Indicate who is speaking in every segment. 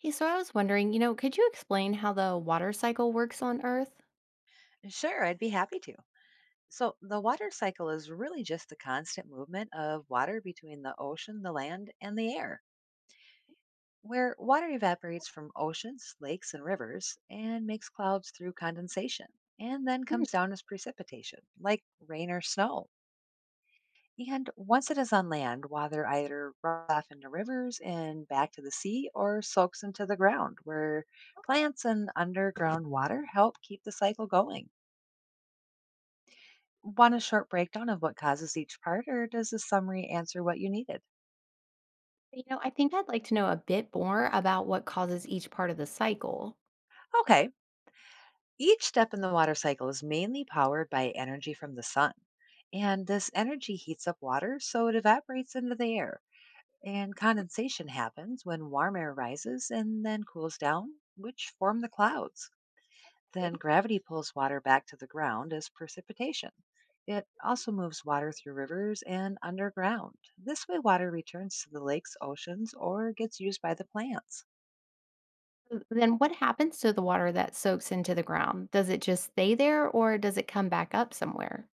Speaker 1: Hey, so I was wondering, could you explain how the water cycle works on Earth?
Speaker 2: Sure, I'd be happy to. So, the water cycle is really just the constant movement of water between the ocean, the land, and the air, where water evaporates from oceans, lakes, and rivers and makes clouds through condensation, and then
Speaker 1: Hmm.
Speaker 2: comes down as precipitation, like rain or snow. And once it is on land, water either runs off into rivers and back to the sea or soaks into the ground, where plants and underground water help keep the cycle going. Want a short breakdown of what causes each part, or does the summary answer what you needed?
Speaker 1: I think I'd like to know a bit more about what causes each part of the cycle.
Speaker 2: Okay, each step in the water cycle is mainly powered by energy from the sun. And this energy heats up water so it evaporates into the air. And condensation happens when warm air rises and then cools down, which form the clouds.
Speaker 1: Okay.
Speaker 2: Then gravity pulls water back to the ground as precipitation. It also moves water through rivers and underground. This way, water returns to the lakes, oceans, or gets used by the plants.
Speaker 1: Then what happens to the water that soaks into the ground? Does it just stay there or does it come back up somewhere?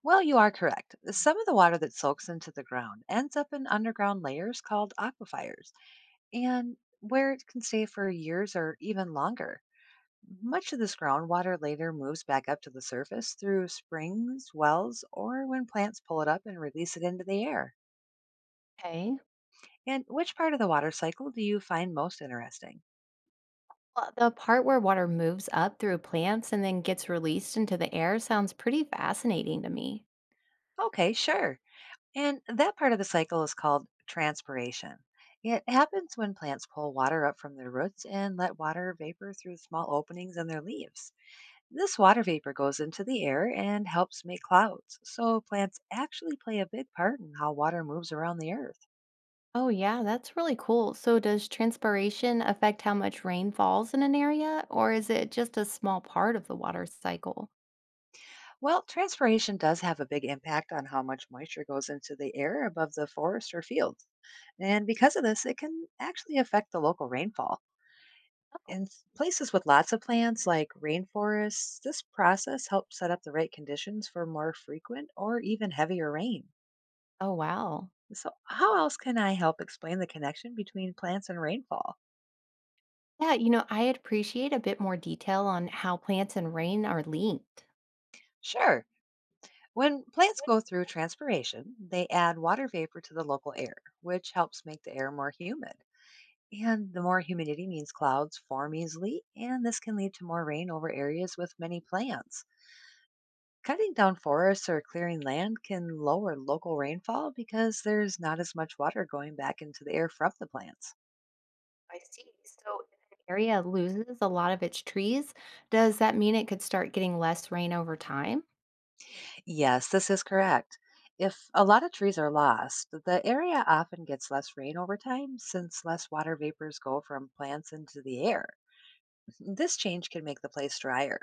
Speaker 2: Well, you are correct. Some of the water that soaks into the ground ends up in underground layers called aquifers, and where it can stay for years or even longer. Much of this groundwater later moves back up to the surface through springs, wells, or when plants pull it up and release it into the air.
Speaker 1: Okay.
Speaker 2: And which part of the water cycle do you find most interesting?
Speaker 1: Well, the part where water moves up through plants and then gets released into the air sounds pretty fascinating to me.
Speaker 2: Okay, sure. And that part of the cycle is called transpiration. It happens when plants pull water up from their roots and let water vapor through small openings in their leaves. This water vapor goes into the air and helps make clouds, so plants actually play a big part in how water moves around the earth.
Speaker 1: Oh, yeah, that's really cool. So, does transpiration affect how much rain falls in an area, or is it just a small part of the water cycle?
Speaker 2: Well, transpiration does have a big impact on how much moisture goes into the air above the forest or fields, and because of this, it can actually affect the local rainfall. In places with lots of plants, like rainforests, this process helps set up the right conditions for more frequent or even heavier rain.
Speaker 1: Oh, wow.
Speaker 2: So, how else can I help explain the connection between plants and rainfall?
Speaker 1: Yeah, I appreciate a bit more detail on how plants and rain are linked.
Speaker 2: Sure. When plants go through transpiration, they add water vapor to the local air, which helps make the air more humid. And the more humidity means clouds form easily, and this can lead to more rain over areas with many plants. Cutting down forests or clearing land can lower local rainfall because there's not as much water going back into the air from the plants.
Speaker 1: I see. So if an area loses a lot of its trees, does that mean it could start getting less rain over time?
Speaker 2: Yes, this is correct. If a lot of trees are lost, the area often gets less rain over time since less water vapors go from plants into the air. This change can make the place drier,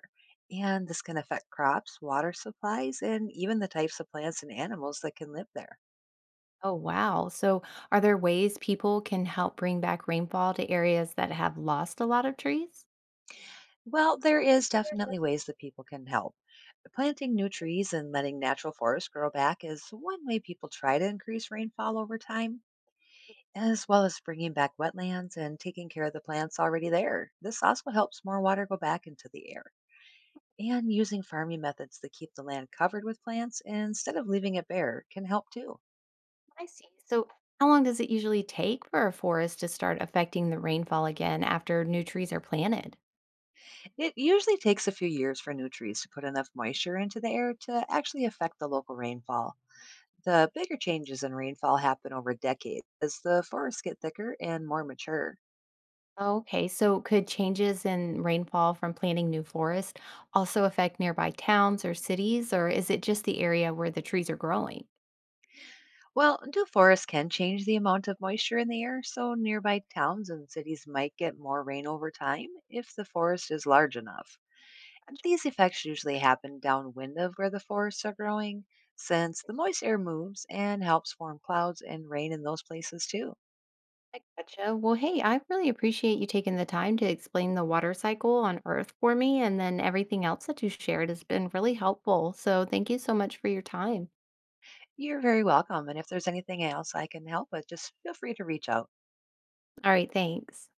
Speaker 2: and this can affect crops, water supplies, and even the types of plants and animals that can live there.
Speaker 1: Oh, wow. So are there ways people can help bring back rainfall to areas that have lost a lot of trees?
Speaker 2: Well, there is definitely ways that people can help. Planting new trees and letting natural forests grow back is one way people try to increase rainfall over time, as well as bringing back wetlands and taking care of the plants already there. This also helps more water go back into the air. And using farming methods that keep the land covered with plants instead of leaving it bare can help too.
Speaker 1: I see. So, how long does it usually take for a forest to start affecting the rainfall again after new trees are planted?
Speaker 2: It usually takes a few years for new trees to put enough moisture into the air to actually affect the local rainfall. The bigger changes in rainfall happen over decades as the forests get thicker and more mature.
Speaker 1: Okay, so could changes in rainfall from planting new forest also affect nearby towns or cities, or is it just the area where the trees are growing?
Speaker 2: Well, new forests can change the amount of moisture in the air, so nearby towns and cities might get more rain over time if the forest is large enough.
Speaker 1: Gotcha.
Speaker 2: These effects usually happen downwind of where the forests are growing, since the moist air moves and helps form clouds and rain in those places too.
Speaker 1: I gotcha. Well, hey, I really appreciate you taking the time to explain the water cycle on Earth for me, and then everything else that you shared has been really helpful. So, thank you so much for your time.
Speaker 2: You're very welcome, and if there's anything else I can help with, just feel free to reach out.
Speaker 1: All right, thanks.